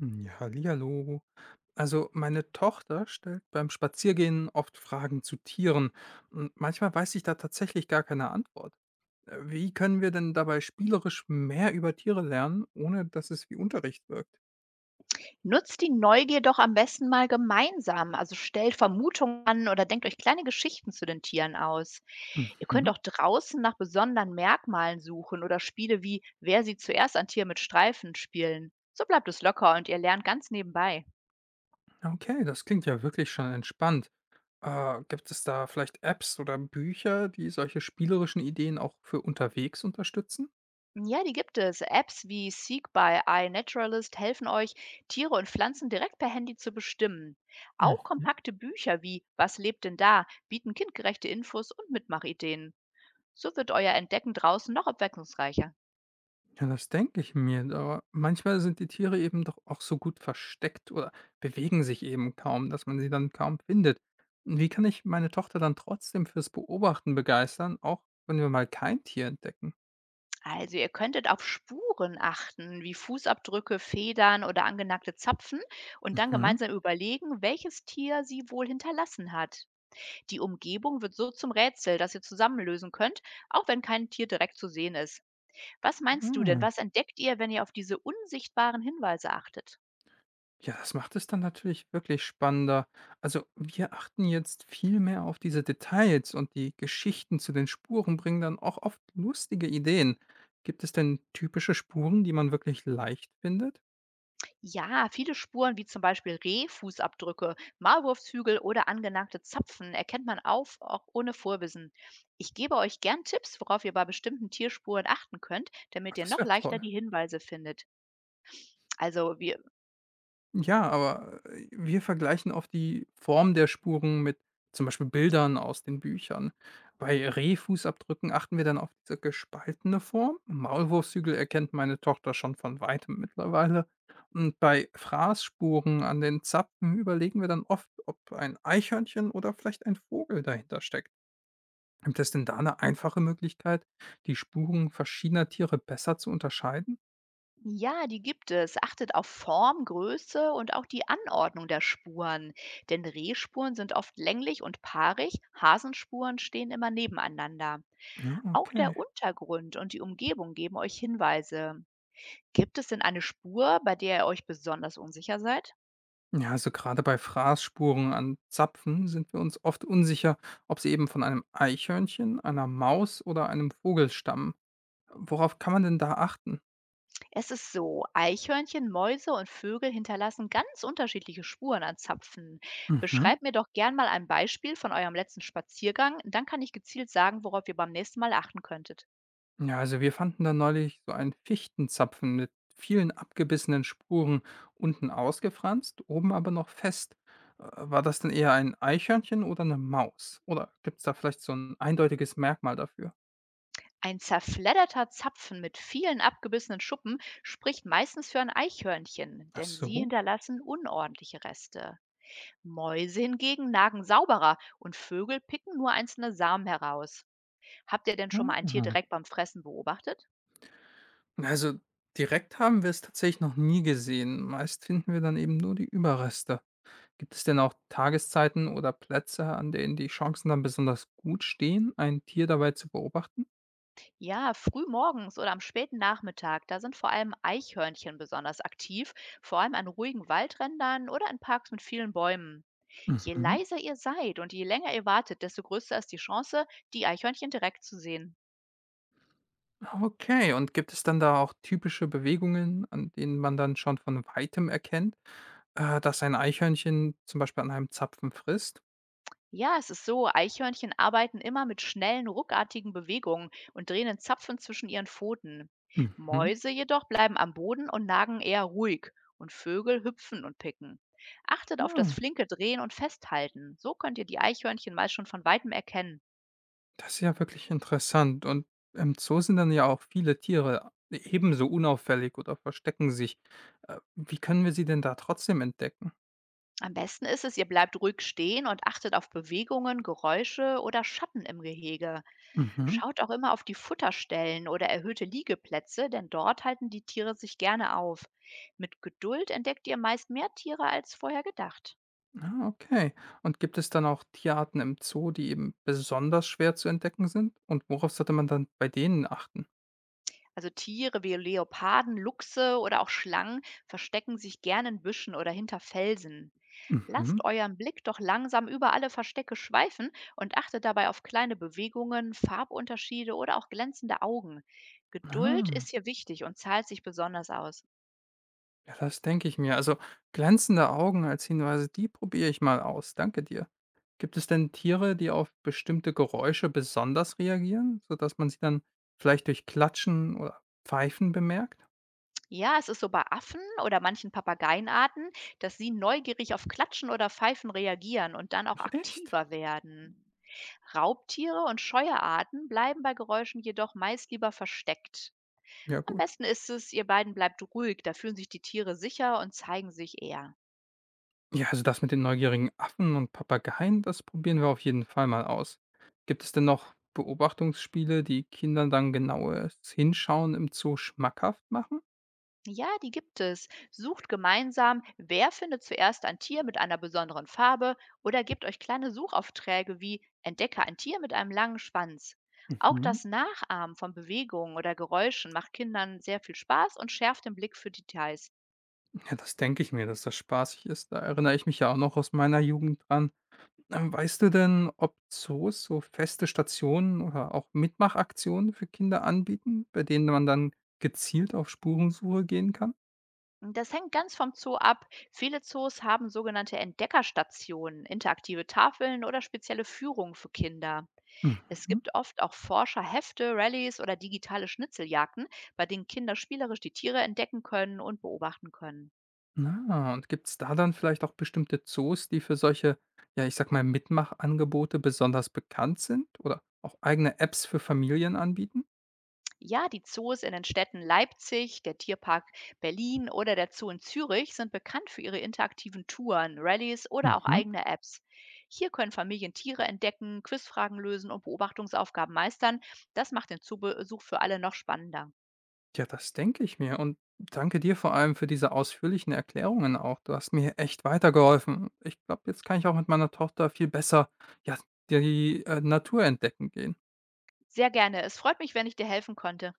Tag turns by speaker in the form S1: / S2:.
S1: Hm, ja, hallihallo. Also meine Tochter stellt beim Spaziergehen oft Fragen zu Tieren, und manchmal weiß ich da tatsächlich gar keine Antwort. Wie können wir denn dabei spielerisch mehr über Tiere lernen, ohne dass es wie Unterricht wirkt?
S2: Nutzt die Neugier doch am besten mal gemeinsam. Also stellt Vermutungen an oder denkt euch kleine Geschichten zu den Tieren aus. Ihr könnt
S1: Mhm.
S2: auch draußen nach besonderen Merkmalen suchen oder Spiele wie Wer sieht zuerst ein Tier mit Streifen spielen. So bleibt es locker und ihr lernt ganz nebenbei.
S1: Okay, das klingt ja wirklich schon entspannt. Gibt es da vielleicht Apps oder Bücher, die solche spielerischen Ideen auch für unterwegs unterstützen?
S2: Ja, die gibt es. Apps wie Seek by iNaturalist helfen euch, Tiere und Pflanzen direkt per Handy zu bestimmen. Auch kompakte Bücher wie Was lebt denn da bieten kindgerechte Infos und Mitmachideen. So wird euer Entdecken draußen noch abwechslungsreicher.
S1: Ja, das denke ich mir, aber manchmal sind die Tiere eben doch auch so gut versteckt oder bewegen sich eben kaum, dass man sie dann kaum findet. Und wie kann ich meine Tochter dann trotzdem fürs Beobachten begeistern, auch wenn wir mal kein Tier entdecken?
S2: Also ihr könntet auf Spuren achten, wie Fußabdrücke, Federn oder angenagte Zapfen und dann
S1: Mhm.
S2: gemeinsam überlegen, welches Tier sie wohl hinterlassen hat. Die Umgebung wird so zum Rätsel, das ihr zusammen lösen könnt, auch wenn kein Tier direkt zu sehen ist. Was meinst du denn?
S1: Ah,
S2: Was entdeckt ihr, wenn ihr auf diese unsichtbaren Hinweise achtet?
S1: ja, das macht es dann natürlich wirklich spannender. Also wir achten jetzt viel mehr auf diese Details, und die Geschichten zu den Spuren bringen dann auch oft lustige Ideen. Gibt es denn typische Spuren, die man wirklich leicht findet?
S2: Ja, viele Spuren wie zum Beispiel Rehfußabdrücke, Maulwurfshügel oder angenagte Zapfen erkennt man auf, auch ohne Vorwissen. Ich gebe euch gern Tipps, worauf ihr bei bestimmten Tierspuren achten könnt,
S1: Ach,
S2: damit ihr
S1: das
S2: noch
S1: wäre
S2: leichter
S1: toll.
S2: die Hinweise findet. Also wir,
S1: Ja, aber, wir vergleichen oft die Form der Spuren mit zum Beispiel Bildern aus den Büchern. Bei Rehfußabdrücken achten wir dann auf diese gespaltene Form. Maulwurfshügel erkennt meine Tochter schon von weitem mittlerweile. Und bei Fraßspuren an den Zapfen überlegen wir dann oft, ob ein Eichhörnchen oder vielleicht ein Vogel dahinter steckt. Gibt es denn da eine einfache Möglichkeit, die Spuren verschiedener Tiere besser zu unterscheiden?
S2: ja, die gibt es. Achtet auf Form, Größe und auch die Anordnung der Spuren. Denn Rehspuren sind oft länglich und paarig, Hasenspuren stehen immer nebeneinander.
S1: Ja,
S2: Auch der
S1: okay.
S2: Untergrund und die Umgebung geben euch Hinweise. Gibt es denn eine Spur, bei der ihr euch besonders unsicher seid?
S1: Ja, also gerade bei Fraßspuren an Zapfen sind wir uns oft unsicher, ob sie eben von einem Eichhörnchen, einer Maus oder einem Vogel stammen. Worauf kann man denn da achten?
S2: Es ist so, Eichhörnchen, Mäuse und Vögel hinterlassen ganz unterschiedliche Spuren an Zapfen.
S1: Mhm.
S2: Beschreibt mir doch gern mal ein Beispiel von eurem letzten Spaziergang, dann kann ich gezielt sagen, worauf ihr beim nächsten Mal achten könntet.
S1: Ja, also wir fanden da neulich so einen Fichtenzapfen mit vielen abgebissenen Spuren, unten ausgefranst, oben aber noch fest. Äh, War das denn eher ein Eichhörnchen oder eine Maus? Oder gibt es da vielleicht so ein eindeutiges Merkmal dafür?
S2: Ein zerfledderter Zapfen mit vielen abgebissenen Schuppen spricht meistens für ein Eichhörnchen,
S1: Ach
S2: denn sie
S1: so.
S2: hinterlassen unordentliche Reste. Mäuse hingegen nagen sauberer und Vögel picken nur einzelne Samen heraus. Habt ihr denn schon mal ein Tier
S1: Ah.
S2: direkt beim Fressen beobachtet?
S1: Also direkt haben wir es tatsächlich noch nie gesehen. Meist finden wir dann eben nur die Überreste. Gibt es denn auch Tageszeiten oder Plätze, an denen die Chancen dann besonders gut stehen, ein Tier dabei zu beobachten?
S2: Ja, früh morgens oder am späten Nachmittag, da sind vor allem Eichhörnchen besonders aktiv, vor allem an ruhigen Waldrändern oder in Parks mit vielen Bäumen. Je
S1: Mhm.
S2: leiser ihr seid und je länger ihr wartet, desto größer ist die Chance, die Eichhörnchen direkt zu sehen.
S1: Okay, und gibt es dann da auch typische Bewegungen, an denen man dann schon von weitem erkennt, dass ein Eichhörnchen zum Beispiel an einem Zapfen frisst?
S2: Ja, es ist so, Eichhörnchen arbeiten immer mit schnellen, ruckartigen Bewegungen und drehen in Zapfen zwischen ihren Pfoten.
S1: Mhm.
S2: Mäuse jedoch bleiben am Boden und nagen eher ruhig und Vögel hüpfen und picken. Achtet auf das
S1: Ja,
S2: flinke Drehen und Festhalten. So könnt ihr die Eichhörnchen meist schon von weitem erkennen.
S1: das ist ja wirklich interessant. Und im Zoo sind dann ja auch viele Tiere ebenso unauffällig oder verstecken sich. Wie können wir sie denn da trotzdem entdecken?
S2: Am besten ist es, ihr bleibt ruhig stehen und achtet auf Bewegungen, Geräusche oder Schatten im Gehege.
S1: Mhm.
S2: Schaut auch immer auf die Futterstellen oder erhöhte Liegeplätze, denn dort halten die Tiere sich gerne auf. Mit Geduld entdeckt ihr meist mehr Tiere als vorher gedacht.
S1: Ah, okay. Und gibt es dann auch Tierarten im Zoo, die eben besonders schwer zu entdecken sind? Und worauf sollte man dann bei denen achten?
S2: Also Tiere wie Leoparden, Luchse oder auch Schlangen verstecken sich gerne in Büschen oder hinter Felsen. Lasst
S1: Mhm.
S2: euren Blick doch langsam über alle Verstecke schweifen und achtet dabei auf kleine Bewegungen, Farbunterschiede oder auch glänzende Augen. Geduld
S1: Ah.
S2: ist hier wichtig und zahlt sich besonders aus.
S1: Ja, das denke ich mir. Also glänzende Augen als Hinweise, die probiere ich mal aus. Danke dir. Gibt es denn Tiere, die auf bestimmte Geräusche besonders reagieren, sodass man sie dann vielleicht durch Klatschen oder Pfeifen bemerkt?
S2: Ja, es ist so bei Affen oder manchen Papageienarten, dass sie neugierig auf Klatschen oder Pfeifen reagieren und dann auch
S1: Ach, echt?
S2: aktiver werden. Raubtiere und scheue Arten bleiben bei Geräuschen jedoch meist lieber versteckt.
S1: Ja,
S2: Am
S1: gut.
S2: besten ist es, ihr beiden bleibt ruhig, da fühlen sich die Tiere sicher und zeigen sich eher.
S1: Ja, also das mit den neugierigen Affen und Papageien, das probieren wir auf jeden Fall mal aus. Gibt es denn noch Beobachtungsspiele, die Kindern dann genaues Hinschauen im Zoo schmackhaft machen?
S2: Ja, die gibt es. Sucht gemeinsam, wer findet zuerst ein Tier mit einer besonderen Farbe oder gebt euch kleine Suchaufträge wie Entdecke ein Tier mit einem langen Schwanz. Auch
S1: Mhm.
S2: das Nachahmen von Bewegungen oder Geräuschen macht Kindern sehr viel Spaß und schärft den Blick für Details.
S1: Ja, das denke ich mir, dass das spaßig ist. Da erinnere ich mich ja auch noch aus meiner Jugend dran. Weißt du denn, ob Zoos so feste Stationen oder auch Mitmachaktionen für Kinder anbieten, bei denen man dann gezielt auf Spurensuche gehen kann?
S2: Das hängt ganz vom Zoo ab. Viele Zoos haben sogenannte Entdeckerstationen, interaktive Tafeln oder spezielle Führungen für Kinder. Es
S1: Mhm.
S2: gibt oft auch Forscherhefte, Rallyes oder digitale Schnitzeljagden, bei denen Kinder spielerisch die Tiere entdecken können und beobachten können.
S1: Na, und gibt es da dann vielleicht auch bestimmte Zoos, die für solche, ja, ich sag mal, Mitmachangebote besonders bekannt sind oder auch eigene Apps für Familien anbieten?
S2: Ja, die Zoos in den Städten Leipzig, der Tierpark Berlin oder der Zoo in Zürich sind bekannt für ihre interaktiven Touren, Rallyes oder auch
S1: Mhm.
S2: eigene Apps. Hier können Familien Tiere entdecken, Quizfragen lösen und Beobachtungsaufgaben meistern. Das macht den Zoobesuch für alle noch spannender.
S1: Ja, das denke ich mir, und danke dir vor allem für diese ausführlichen Erklärungen auch. Du hast mir echt weitergeholfen. Ich glaube, jetzt kann ich auch mit meiner Tochter viel besser, ja, die, Natur entdecken gehen.
S2: Sehr gerne. Es freut mich, wenn ich dir helfen konnte.